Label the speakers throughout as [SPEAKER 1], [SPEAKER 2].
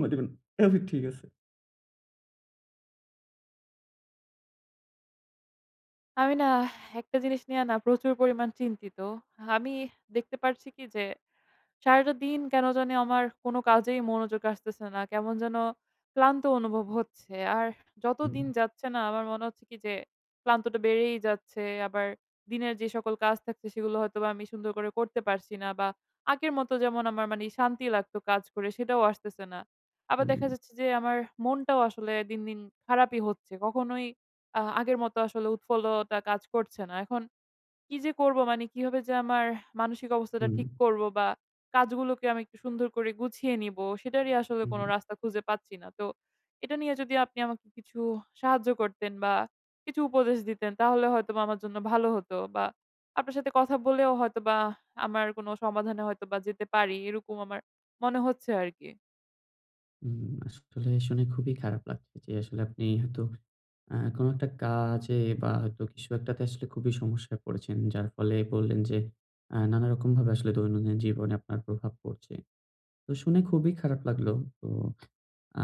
[SPEAKER 1] সময় দিবেন। এভাবে ঠিক আছে।
[SPEAKER 2] আমি না একটা জিনিস নিয়ে না প্রচুর পরিমাণ চিন্তিত। আমি দেখতে পারছি কি যে, সারাটা দিন কেন জানি আমার কোনো কাজেই মনোযোগ আসতেছে না। কেমন যেন ক্লান্ত অনুভব হচ্ছে। আর যত
[SPEAKER 1] হুম,
[SPEAKER 2] দিন যাচ্ছে না আমার মনে হচ্ছে কি যে ক্লান্তটা বেড়েই যাচ্ছে। আবার দিনের যে সকল কাজ থাকছে সেগুলো হয়তোবা আমি সুন্দর করে করতে পারছি না, বা আগের মতো যেমন আমার মানে শান্তি লাগতো কাজ করে সেটাও আসতেছে না। আবার দেখা
[SPEAKER 1] হুম,
[SPEAKER 2] যাচ্ছে যে আমার মনটাও আসলে দিন, দিন খারাপই হচ্ছে। কখনোই আগের মতো আসলে উৎফুল্লতা কাজ করছে না। এখন কি যে করব, মানে কিভাবে যে আমার মানসিক অবস্থাটা
[SPEAKER 1] হুম,
[SPEAKER 2] ঠিক করব বা কাজগুলোকে আমি একটু সুন্দর করে গুছিয়ে নিব, সেটারই আসলে
[SPEAKER 1] হুম,
[SPEAKER 2] কোনো রাস্তা খুঁজে পাচ্ছি না। তো এটা নিয়ে যদি আপনি আমাকে কিছু সাহায্য করতেন বা কিছু উপদেশ দিতেন তাহলে হয়তোবা আমার জন্য ভালো হতো, বা আপনার সাথে কথা বলেও হয়তোবা আমার কোনো সমাধানে হয়তোবা যেতে পারি এরকম আমার মনে হচ্ছে আরকি।
[SPEAKER 1] হুম। আসলে শুনে খুবই খারাপ লাগছে যে আসলে আপনি হয়তো কোনো একটা কাজে বা হয়তো কিছু একটাতে আসলে খুবই সমস্যায় পড়েছেন। যার ফলে বললেন যে নানারকমভাবে আসলে দৈনন্দিন জীবনে আপনার প্রভাব পড়ছে। তো শুনে খুবই খারাপ লাগলো। তো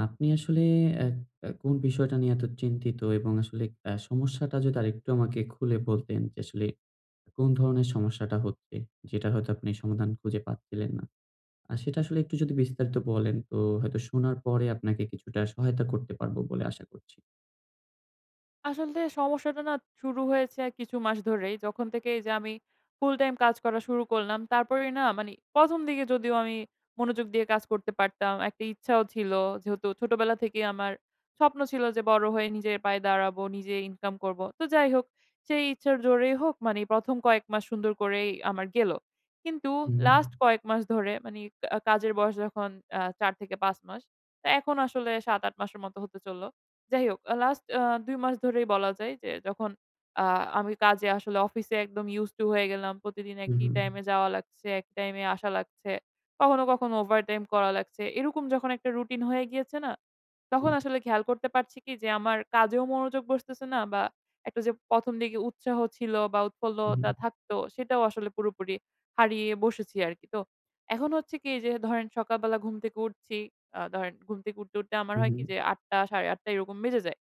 [SPEAKER 1] আপনি আসলে অ্যা অ্যা কোন বিষয়টা নিয়ে এত চিন্তিত এবং আসলে সমস্যাটা যদি আরেকটু আমাকে খুলে বলতেন যে আসলে কোন ধরনের সমস্যাটা হচ্ছে? যেটা হয়তো আপনি সমাধান খুঁজে পাচ্ছিলেন না? সেটা আসলে একটু যদি বিস্তারিত বলেন তো হয়তো শোনার পরে আপনাকে কিছুটা সহায়তা করতে পারবো বলে আশা করছি।
[SPEAKER 2] আসলে সমস্যাটা না শুরু হয়েছে আর কিছু মাস ধরেই। যখন থেকে এই যে আমি ফুল টাইম কাজ করা শুরু করলাম, তারপরেই না মানে ১ম দিকে যদিও আমি মনোযোগ দিয়ে কাজ করতে পারতাম। একটা ইচ্ছাও ছিল, যেহেতু ছোটবেলা থেকেই আমার স্বপ্ন ছিল যে বড় হয়ে নিজের পায়ে দাঁড়াবো, নিজে ইনকাম করব। তো যাই হোক, সেই ইচ্ছার জোরেই হোক মানে ১ম কয়েক মাস সুন্দর করেই আমার গেল। কিন্তু
[SPEAKER 1] হুম,
[SPEAKER 2] লাস্ট কয়েক মাস ধরে মানে কাজের বয়স যখন ৪ থেকে ৫ মাস। তো এখন আসলে ৭-৮ মাসের মতো হতে চলল। যাই হোক, লাস্ট ২ মাস ধরেই বলা যায় যে যখন আ আমি কাজে আসলে অফিসে একদম used to হয়ে গেলাম। প্রতিদিন
[SPEAKER 1] হুম,
[SPEAKER 2] একই
[SPEAKER 1] হুম,
[SPEAKER 2] টাইমে যাওয়া লাগছে, একই টাইমে আসা লাগছে। কখনো, কখনো ওভারটাইম করা লাগছে। এরকম যখন একটা রুটিন হয়ে গিয়েছে না, তখন আসলে খেয়াল করতে পারছি কি যে আমার কাজেও মনোযোগ বসতেছে না, বা একটা যে ১ম দিকে উৎসাহ ছিল বা
[SPEAKER 1] হুম,
[SPEAKER 2] উৎফুল্লতা থাকতো সেটাও আসলে পুরোপুরি হারিয়ে বসেছি আরকি। তো এখন হচ্ছে কি, যে ধরেন সকালবেলা ঘুম থেকে উঠছি, ধরেন ঘুম থেকে উঠতে, উঠতে আমার হয়
[SPEAKER 1] হুম,
[SPEAKER 2] কি যে ৮ঃ০০ ৮ঃ৩০ এরকম বেজে যায়।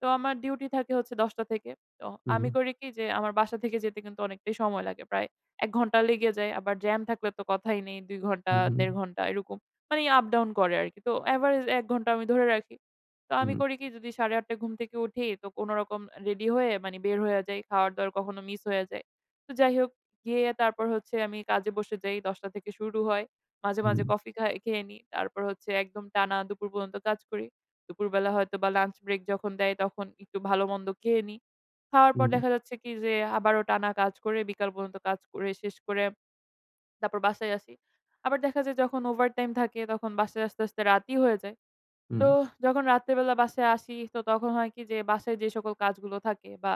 [SPEAKER 2] তো আমার ডিউটি থাকে হচ্ছে ১০ঃ০০ থেকে। তো
[SPEAKER 1] হুম,
[SPEAKER 2] আমি করি কি যে আমার বাসা থেকে যেতে কিন্তু অনেকটাই সময় লাগে। প্রায় ১ ঘন্টা লেগে যায়। আবার জ্যাম থাকলে তো কথাই নেই। ২ ঘন্টা
[SPEAKER 1] হুম, হুম,
[SPEAKER 2] ১.৫ ঘন্টা এরকম। মানে আপ ডাউন করে আরকি। তো এভারেজ ১ ঘন্টা আমি ধরে রাখি। তো
[SPEAKER 1] হুম,
[SPEAKER 2] আমি
[SPEAKER 1] হুম,
[SPEAKER 2] করি কি, যদি ৮ঃ৩০ ঘুম থেকে উঠি তো কোনরকম রেডি হয়ে মানে বের হয়ে যাই। খাওয়ার-দাওয়ার কখনো মিস হয়ে যায়। তো যাই হোক, গিয়ে তারপর হচ্ছে আমি কাজে বসে যাই। ১০ঃ০০ থেকে শুরু হয়। মাঝে, মাঝে
[SPEAKER 1] হুম,
[SPEAKER 2] কফি খাই খেয়ে নিই। তারপর হচ্ছে একদম টানা দুপুর পর্যন্ত কাজ করি। দুপুরবেলা হয়তোবা লাঞ্চ ব্রেক যখন দেয় তখন একটু ভালোমন্দ খেয়ে নিই। খাওয়ার পর
[SPEAKER 1] হুম,
[SPEAKER 2] দেখা যাচ্ছে কি, যে আবারও টানা কাজ করে বিকাল পর্যন্ত কাজ করে শেষ করে তারপর বাসায় আসি। আবার দেখা যায় যখন ওভারটাইম থাকে তখন বাসায় আসতে, আসতে রাতই হয়ে যায়।
[SPEAKER 1] হুম,
[SPEAKER 2] তো যখন রাত্রেবেলা বাসায় আসি তো তখন হয় কি, যে বাসায় যে সকল কাজগুলো থাকে বা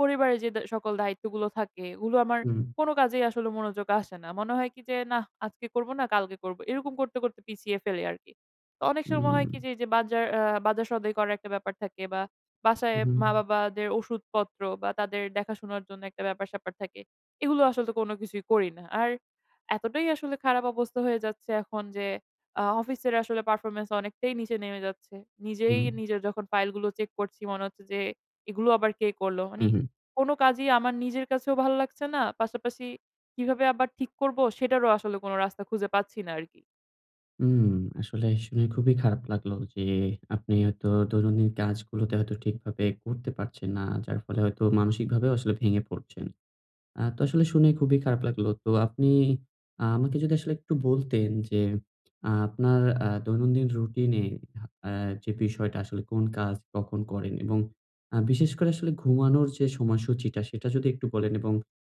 [SPEAKER 2] পরিবারের যে সকল দায়িত্বগুলো থাকে, এগুলো আমার কোনো কাজেই আসলে মনোযোগ আসে না। মনে হয় কি যে না আজকে করব, না কালকে করব, এরকম করতে করতে পিছিয়ে ফেলে আর কি। তো অনেক সময় হয় কি যে এই যে বাজার সদাই করার একটা ব্যাপার থাকে, বা বাসায়
[SPEAKER 1] হুম,
[SPEAKER 2] মা বাবাদের ওষুধপত্র বা তাদের দেখাশোনার জন্য একটা ব্যাপার স্যাপার থাকে, এগুলো আসলে তো কোনো কিছুই করি না। আর এতটাই আসলে খারাপ অবস্থা হয়ে যাচ্ছে এখন যে অফিসের আসলে পারফরম্যান্স অনেকটাই নিচে নেমে যাচ্ছে। নিজেই
[SPEAKER 1] হুম,
[SPEAKER 2] নিজের যখন ফাইলগুলো চেক করছি মনে হচ্ছে যে, এগুলো আবার কে করলো? মানে
[SPEAKER 1] হুম,
[SPEAKER 2] কোনো কাজই আমার নিজের কাছেও ভালো লাগছে না। পাশাপাশি কিভাবে আবার ঠিক করব সেটারও আসলে কোনো রাস্তা খুঁজে পাচ্ছি না আরকি।
[SPEAKER 1] হুম। আসলে শুনে খুবই খারাপ লাগলো যে আপনি হয়তো দৈনন্দিন কাজগুলোতে হয়তো ঠিকভাবে করতে পারছেন না। যার ফলে হয়তো মানসিকভাবেও আসলে ভেঙে পড়ছেন। তো আসলে শুনে খুবই খারাপ লাগলো। তো আপনি আমাকে যদি আসলে একটু বলতেন যে, আপনার দৈনন্দিন রুটিনে আ যে বিষয়টা আসলে কোন কাজ কখন করেন? এবং বিশেষ করে আসলে ঘুমানোর যে সময়সূচিটা সেটা যদি একটু বলেন এবং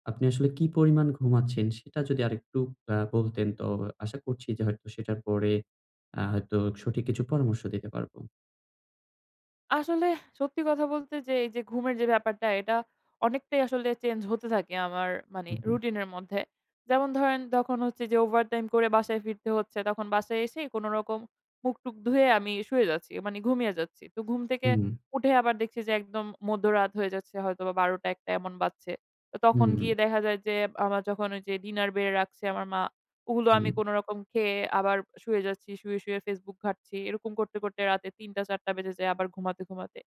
[SPEAKER 1] আপনি আসলে কি পরিমাণ ঘুমাচ্ছেন সেটা যদি আরেকটু বলতেন তো আশা করছি যে হয়তো সেটার পরে হয়তো সঠিক কিছু পরামর্শ দিতে পারবো।
[SPEAKER 2] আসলে সত্যি কথা বলতে যে, এই যে ঘুমের যে ব্যাপারটা, এটা অনেকটাই আসলে চেঞ্জ হতে থাকে আমার মানে
[SPEAKER 1] হুম,
[SPEAKER 2] রুটিনের মধ্যে। যেমন ধরেন তখন হচ্ছে যে ওভারটাইম করে বাসায় ফিরতে হচ্ছে। তখন বাসায় এসেই কোনো রকম মুখ-টুক ধুয়ে আমি শুয়ে যাচ্ছি। মানে ঘুমিয়ে যাচ্ছি। তো ঘুম থেকে
[SPEAKER 1] হুম,
[SPEAKER 2] উঠে আবার দেখছি যে একদম মধ্যরাত হয়ে যাচ্ছে, হয়তোবা ১২টা ১টা এমন বাজছে। তো তখন
[SPEAKER 1] হুম,
[SPEAKER 2] গিয়ে দেখা যায় যে আমার যখন ওই যে ডিনার বেড়ে রাখছে আমার মা, ওগুলো আমি
[SPEAKER 1] হুম,
[SPEAKER 2] কোনরকম খেয়ে আবার শুয়ে যাচ্ছি। শুয়ে, শুয়ে Facebook ঘাঁটছি। এরকম করতে, করতে রাতে ৩ঃ০০-৪ঃ০০ বেজে যায় আবার ঘুমাতে, ঘুমাতে।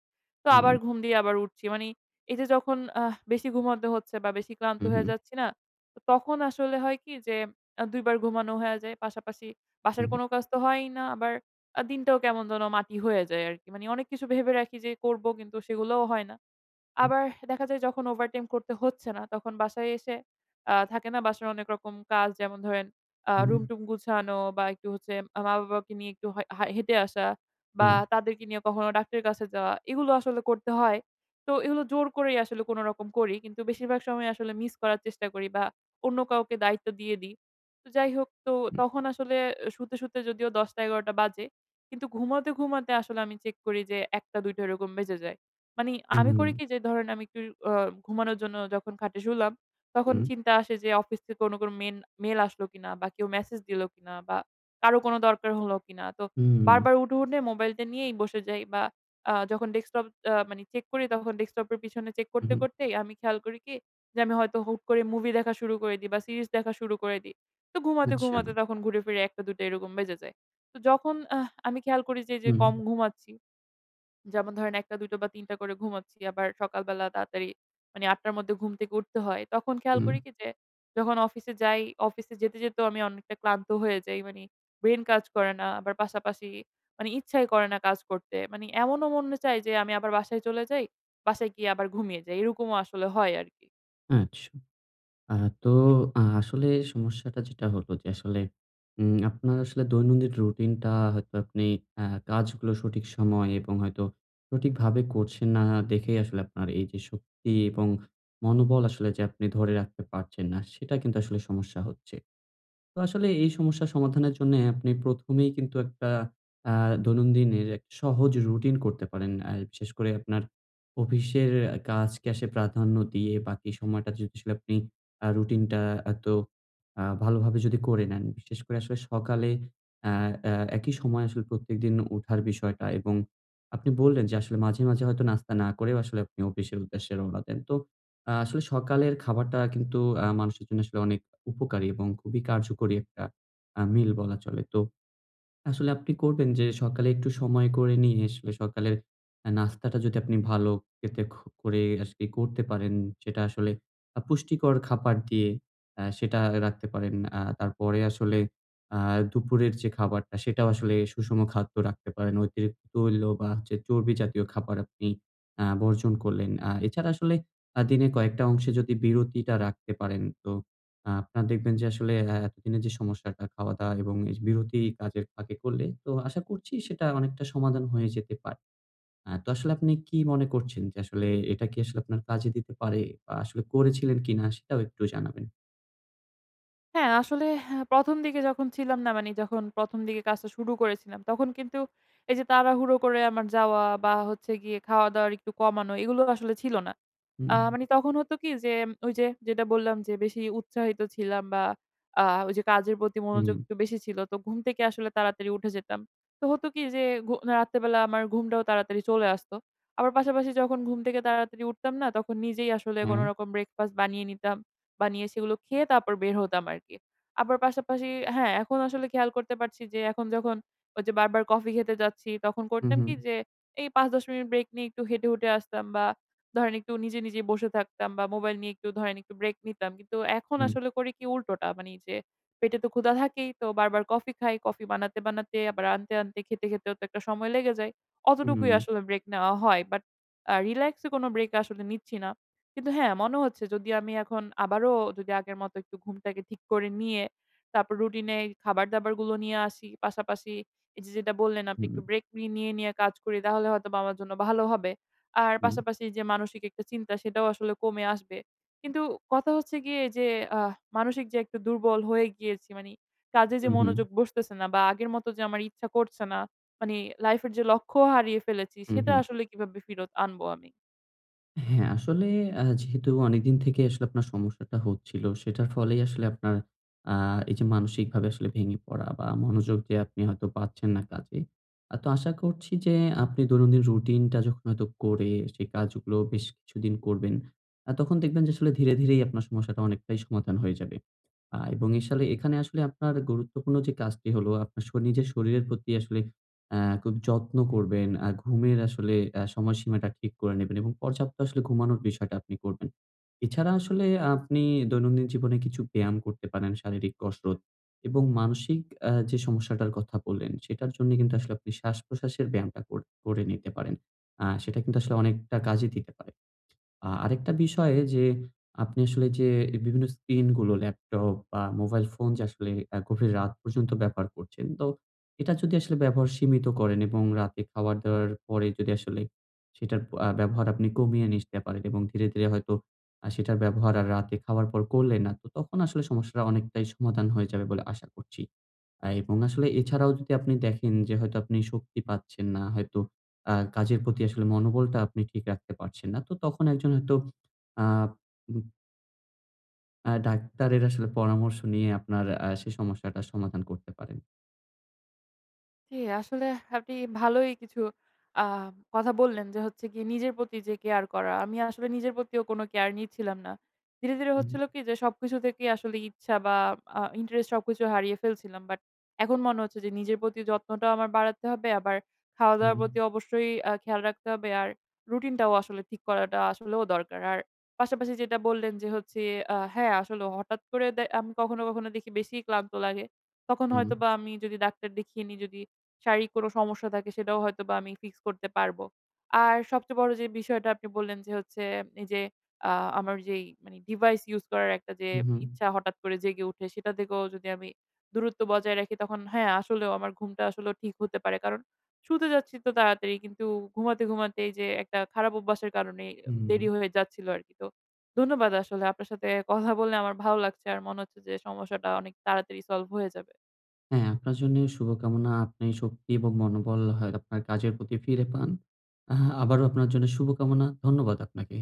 [SPEAKER 2] তো
[SPEAKER 1] হুম,
[SPEAKER 2] আবার ঘুম দিয়ে আবার উঠছি। মানে এই যে যখন বেশি ঘুমাতে হচ্ছে বা বেশি ক্লান্ত
[SPEAKER 1] হুম, হুম,
[SPEAKER 2] হয়ে
[SPEAKER 1] হুম,
[SPEAKER 2] যাচ্ছি না, তো তখন আসলে হয় কি যে ২ বার ঘুমানো হয়ে যায়। পাশাপাশি বাসার
[SPEAKER 1] হুম,
[SPEAKER 2] কোনো কাজ তো হয়ই না। আবার দিনটাও কেমন যেন মাটি হয়ে যায় আরকি। মানে অনেক কিছু ভেবে রাখি যে করব, কিন্তু সেগুলোও হয় না।
[SPEAKER 1] হুম,
[SPEAKER 2] আবার দেখা যায় যখন ওভারটাইম করতে হচ্ছে না, তখন বাসায় এসে থাকে না বাসার অনেক রকম কাজ, যেমন ধরেন
[SPEAKER 1] হুম,
[SPEAKER 2] রুম-টুম গুছানো, বা একটু হচ্ছে মা-বাবাকে নিয়ে একটু হয় হা হেঁটে আসা, বা
[SPEAKER 1] হুম।
[SPEAKER 2] তাদেরকে নিয়ে কখনো ডাক্তারের কাছে যাওয়া, এগুলো আসলে করতে হয়। তো এগুলো জোর করেই আসলে কোন রকম করি। কিন্তু বেশিরভাগ সময় আসলে মিস করার চেষ্টা করি, বা অন্য কাউকে দায়িত্ব দিয়ে দিই। তো যাই হোক, তো তখন আসলে শুতে, শুতে যদিও ১০টা ১১টা বাজে। কিন্তু ঘুমাতে, ঘুমাতে আসলে আমি চেক করি যে ১টা ২টা এরকম বেজে যায়। মানি আমি
[SPEAKER 1] হুম,
[SPEAKER 2] করি কি যে ধরেন আমি একটু আ ঘুমানোর জন্য যখন খাটে শুলাম, তখন
[SPEAKER 1] হুম,
[SPEAKER 2] চিন্তা আসে যে অফিস থেকে কোনো, কোনো মেইল আসলো কিনা, বা কেউ মেসেজ দিলো কিনা, বা কারো কোনো দরকার হলো কিনা। তো
[SPEAKER 1] হুম,
[SPEAKER 2] বারবার উঠে, উঠে মোবাইলটা নিয়েই বসে যাই, বা যখন ডেস্কটপ মানি চেক করি তখন ডেস্কটপের পিছনে চেক করতে,
[SPEAKER 1] হুম,
[SPEAKER 2] করতেই আমি খেয়াল করি কি যে আমি হয়তো হুট করে মুভি দেখা শুরু করে দিই, বা সিরিজ দেখা শুরু করে দিই। তো ঘুমাতে,
[SPEAKER 1] আচ্ছা।
[SPEAKER 2] ঘুমাতে তখন ঘুরে ফিরে ১ঃ০০-২ঃ০০ এরকম বেজে যায়। তো যখন আমি খেয়াল করি যে,
[SPEAKER 1] হুম,
[SPEAKER 2] কম ঘুমাচ্ছি, যেমন ধরেন ১টা ২টো বা ৩টা করে ঘুমাচ্ছি। আবার সকালবেলা তাড়াতাড়ি মানে ৮টার মধ্যে ঘুম থেকে উঠতে হয়। তখন খেয়াল
[SPEAKER 1] হুম,
[SPEAKER 2] করি কি যে যখন অফিসে যাই, অফিসে যেতে, যেতেও আমি অনেকটা ক্লান্ত হয়ে যাই। মানে ব্রেইন কাজ করে না। আবার পাশাপাশি মানে ইচ্ছাই করে না কাজ করতে। মানে এমনও মনে চায় যে আমি আবার বাসায় চলে যাই। বাসায় গিয়ে আবার ঘুমিয়ে যাই। এরকমও আসলে হয় আরকি।
[SPEAKER 1] আচ্ছা। আ তো আসলে সমস্যাটা যেটা হলো যে আসলে আপনার আসলে দৈনন্দিন রুটিনটা হয়তো আপনি আ কাজগুলো সঠিক সময় এবং হয়তো সঠিকভাবে করছেন না দেখেই আসলে আপনার এই যে শক্তি এবং মনোবল আসলে যে আপনি ধরে রাখতে পারছেন না, সেটা কিন্তু আসলে সমস্যা হচ্ছে। তো আসলে এই সমস্যা সমাধানের জন্যে আপনি ১ম এই কিন্তু একটা আ দৈনন্দিনের একটা সহজ রুটিন করতে পারেন। বিশেষ করে আপনার অফিসের কাজকে আসে প্রাধান্য দিয়ে বাকি সময়টা যদি আসলে আপনি রুটিনটা এত ভালোভাবে যদি করে নেন, বিশেষ করে আসলে সকালে আ আ একই সময় আসলে প্রত্যেকদিন উঠার বিষয়টা এবং আপনি বললেন যে আসলে মাঝে, মাঝে হয়তো নাস্তা না করেও আসলে আপনি অফিসের উদ্দেশ্যে রওনা দেন। তো আসলে সকালের খাবারটা কিন্তু মানুষের জন্য আসলে অনেক উপকারী এবং খুবই কার্যকরী একটা মিল বলা চলে। তো আসলে আপনি করবেন যে সকালে একটু সময় করে নিয়ে আসলে সকালের নাস্তাটা যদি আপনি ভালো খেতে করে আজকে করতে পারেন, সেটা আসলে পুষ্টিকর খাবার দিয়ে সেটা রাখতে পারেন। তারপরে আসলে আ দুপুরের যে খাবারটা সেটাও আসলে সুষম খাদ্য রাখতে পারেন। অতিরিক্ত তৈল বা হচ্ছে চর্বি জাতীয় খাবার আপনি বর্জন করলেন। এছাড়া আসলে দিনে কয়েকটা অংশে যদি বিরতিটা রাখতে পারেন তো আপনার দেখবেন যে আসলে এতদিনের যে সমস্যাটা খাওয়া-দাওয়া এবং এই যে বিরতি কাজের ফাঁকে করলে তো আশা করছি সেটা অনেকটা সমাধান হয়ে যেতে পারে। তো আসলে আপনি কি মনে করছেন যে আসলে এটা কি আসলে আপনার কাজে দিতে পারে বা আসলে করেছিলেন কিনা সেটাও একটু জানাবেন?
[SPEAKER 2] হ্যাঁ, আসলে হ্যাঁ, ১ম দিকে যখন ছিলাম, না মানে যখন ১ম দিকে কাজটা শুরু করেছিলাম, তখন কিন্তু এই যে তাড়াহুড়ো করে আমার যাওয়া বা হচ্ছে গিয়ে খাওয়া-দাওয়ার একটু কমানো, এগুলো আসলে ছিল না।
[SPEAKER 1] হুম,
[SPEAKER 2] মানে তখন হতো কি যে, ওই যে যেটা বললাম যে বেশি উৎসাহিত ছিলাম, বা ওই যে কাজের প্রতি
[SPEAKER 1] হুম,
[SPEAKER 2] মনোযোগ একটু বেশি ছিল। তো ঘুম থেকে আসলে তাড়াতাড়ি উঠে যেতাম। তো হতো কি যে ঘু রাত্রেবেলা আমার ঘুমটাও তাড়াতাড়ি চলে আসতো। আবার পাশাপাশি যখন ঘুম থেকে তাড়াতাড়ি উঠতাম, না তখন নিজেই আসলে
[SPEAKER 1] হ্যাঁ,
[SPEAKER 2] কোনরকম ব্রেকফাস্ট বানিয়ে নিতাম। বানিয়ে সেগুলো খেয়ে তারপর বের হতাম আরকি। আবার পাশাপাশি হ্যাঁ, এখন আসলে খেয়াল করতে পারছি যে এখন যখন ওই যে বারবার কফি খেতে যাচ্ছি, তখন
[SPEAKER 1] হুম,
[SPEAKER 2] করতাম
[SPEAKER 1] হুম,
[SPEAKER 2] কি যে এই ৫-১০ মিনিট ব্রেক নিয়ে একটু হেঁটে, হুটে আসতাম, বা ধরেন একটু নিজে, নিজেই বসে থাকতাম, বা মোবাইল নিয়ে একটু ধরেন একটু ব্রেক নিতাম। কিন্তু এখন
[SPEAKER 1] হুম,
[SPEAKER 2] আসলে করি কি উল্টোটা। মানে যে পেটে তো ক্ষুধা থাকেই, তো বারবার কফি খাই। কফি বানাতে, বানাতে আবার আনতে, আনতে খেতে, খেতেও তো একটা সময় লেগে যায়। অতটুকুই
[SPEAKER 1] হুম,
[SPEAKER 2] আসলে ব্রেক নেওয়া হয়। বাট রিল্যাক্স এ কোনো ব্রেক আসলে নিচ্ছি না। কিন্তু হ্যাঁ, মনে হচ্ছে যদি আমি এখন আবারও যদি আগের মতো একটু ঘুমটাকে ঠিক করে নিয়ে তারপর রুটিনে খাবার-দাবারগুলো নিয়ে আসি। পাশাপাশি এই যে যেটা বললেন, আপনি
[SPEAKER 1] হুম,
[SPEAKER 2] একটু ব্রেক নিয়ে, নিয়ে কাজ করি, তাহলে হয়তোবা আমার জন্য ভালো হবে। আর
[SPEAKER 1] হুম,
[SPEAKER 2] পাশাপাশি যে মানসিক একটা চিন্তা, সেটাও আসলে কমে আসবে। কিন্তু কথা হচ্ছে গিয়ে যে, আহ মানসিক যে একটু দুর্বল হয়ে গিয়েছি, মানে কাজে যে
[SPEAKER 1] হুম,
[SPEAKER 2] মনোযোগ বসতেছে না বা আগের মতো যে আমার ইচ্ছা করছে না, মানে লাইফের যে লক্ষ্য হারিয়ে ফেলেছি,
[SPEAKER 1] হুম,
[SPEAKER 2] সেটা
[SPEAKER 1] হুম।
[SPEAKER 2] আসলে কিভাবে ফেরত আনবো আমি?
[SPEAKER 1] হ্যাঁ, আসলে যেহেতু অনেকদিন থেকে আসলে আপনার সমস্যাটা হচ্ছিল, সেটার ফলেই আসলে আপনার আ এই যে মানসিকভাবে আসলে ভেঙে পড়া বা মনোযোগ যে আপনি হয়তো পাচ্ছেন না কাজে। তো আশা করছি যে আপনি দৈনন্দিন রুটিনটা যখন হয়তো করে সেই কাজগুলো বেশ কিছুদিন করবেন, তখন দেখবেন যে আসলে ধীরে, ধীরেই আপনার সমস্যাটা অনেকটাই সমাধান হয়ে যাবে। এবং এসালে এখানে আসলে আপনার গুরুত্বপূর্ণ যে কাজটি হলো আপনার নিজের শরীরের প্রতি আসলে খুব যত্ন করবেন। ঘুমের আসলে সময়সীমাটা ঠিক করে নেবেন এবং পর্যাপ্ত আসলে ঘুমানোর বিষয়টা আপনি করবেন। এছাড়া আসলে আপনি দৈনন্দিন জীবনে কিছু ব্যায়াম করতে পারেন, শারীরিক কসরত এবং মানসিক যে সমস্যাটার কথা বললেন, সেটার জন্য কিন্তু আসলে আপনি শ্বাস-প্রশ্বাসের ব্যায়ামটা করে নিতে পারেন। সেটা কিন্তু আসলে অনেকটা কাজে দিতে পারে। আরেকটা বিষয় যে আপনি আসলে যে বিভিন্ন স্ক্রিনগুলো ল্যাপটপ বা মোবাইল ফোন যে আসলে গভীর রাত পর্যন্ত ব্যবহার করছেন। তো এটা যদি আসলে ব্যবহার সীমিত করেন এবং রাতে খাওয়া-দাওয়ার পরে যদি আসলে সেটার প আ ব্যবহার আপনি কমিয়ে নিতে পারেন এবং ধীরে, ধীরে হয়তো সেটার ব্যবহার আর রাতে খাওয়ার পর করলেন না। তো তখন আসলে সমস্যার অনেকটাই সমাধান হয়ে যাবে বলে আশা করছি। এবং আসলে এছাড়াও যদি আপনি দেখেন যে হয়তো আপনি শক্তি পাচ্ছেন না, হয়তো কাজের প্রতি আসলে মনোবলটা আপনি ঠিক রাখতে পারছেন না। তো তখন একজন হয়তো আ উম আ ডাক্তারের আসলে পরামর্শ নিয়ে আপনার সেই সমস্যাটার সমাধান করতে পারেন।
[SPEAKER 2] জি, আসলে আপনি ভালোই কিছু আ কথা বললেন যে হচ্ছে গিয়ে নিজের প্রতি যে কেয়ার করা। আমি আসলে নিজের প্রতিও কোনো কেয়ার নিচ্ছিলাম না। ধীরে, ধীরে
[SPEAKER 1] হুম,
[SPEAKER 2] হচ্ছিল কি যে সবকিছু থেকেই আসলে ইচ্ছা বা ইন্টারেস্ট সবকিছু হারিয়ে ফেলছিলাম। বাট এখন মনে হচ্ছে যে নিজের প্রতি যত্নটাও আমার বাড়াতে হবে। আবার
[SPEAKER 1] হুম,
[SPEAKER 2] খাওয়া-দাওয়ার প্রতি অবশ্যই খেয়াল রাখতে হবে। আর রুটিনটাও আসলে ঠিক করাটা আসলেও দরকার। আর পাশাপাশি যেটা বললেন যে হচ্ছে, হ্যাঁ, আসলে হঠাৎ করে আমি কখনো, কখনো দেখি বেশি ক্লান্ত লাগে। তখন
[SPEAKER 1] হুম,
[SPEAKER 2] হয়তোবা আমি যদি ডাক্তার দেখিয়ে নিই, যদি শারীরিক কোনো সমস্যা থাকে সেটাও হয়তোবা আমি ফিক্স করতে পারবো। আর সবচেয়ে বড় যে বিষয়টা আপনি বললেন যে হচ্ছে এই যে, আ আমার যেই মানে ডিভাইস ইউস করার একটা যে
[SPEAKER 1] হুম, হুম,
[SPEAKER 2] ইচ্ছা হঠাৎ করে জেগে উঠে, সেটা থেকেও যদি আমি দূরত্ব বজায় রাখি, তখন হ্যাঁ, আসলেও আমার ঘুমটা আসলেও ঠিক হতে পারে। কারণ শুতে যাচ্ছি তো তাড়াতাড়ি, কিন্তু ঘুমাতে, ঘুমাতে এই যে একটা খারাপ অভ্যাসের কারণে
[SPEAKER 1] হুম।
[SPEAKER 2] দেরি হয়ে যাচ্ছিল আরকি। তো ধন্যবাদ, আসলে আপনার সাথে কথা বলে আমার ভালো লাগছে। আর মনে হচ্ছে যে সমস্যাটা অনেক তাড়াতাড়ি সলভ হয়ে যাবে।
[SPEAKER 1] হ্যাঁ, আপনার জন্যেও শুভকামনা। আপনি শক্তি এবং মনোবল হয় আপনার কাজের প্রতি ফিরে পান। আ আবারও আপনার জন্য শুভকামনা। ধন্যবাদ আপনাকে।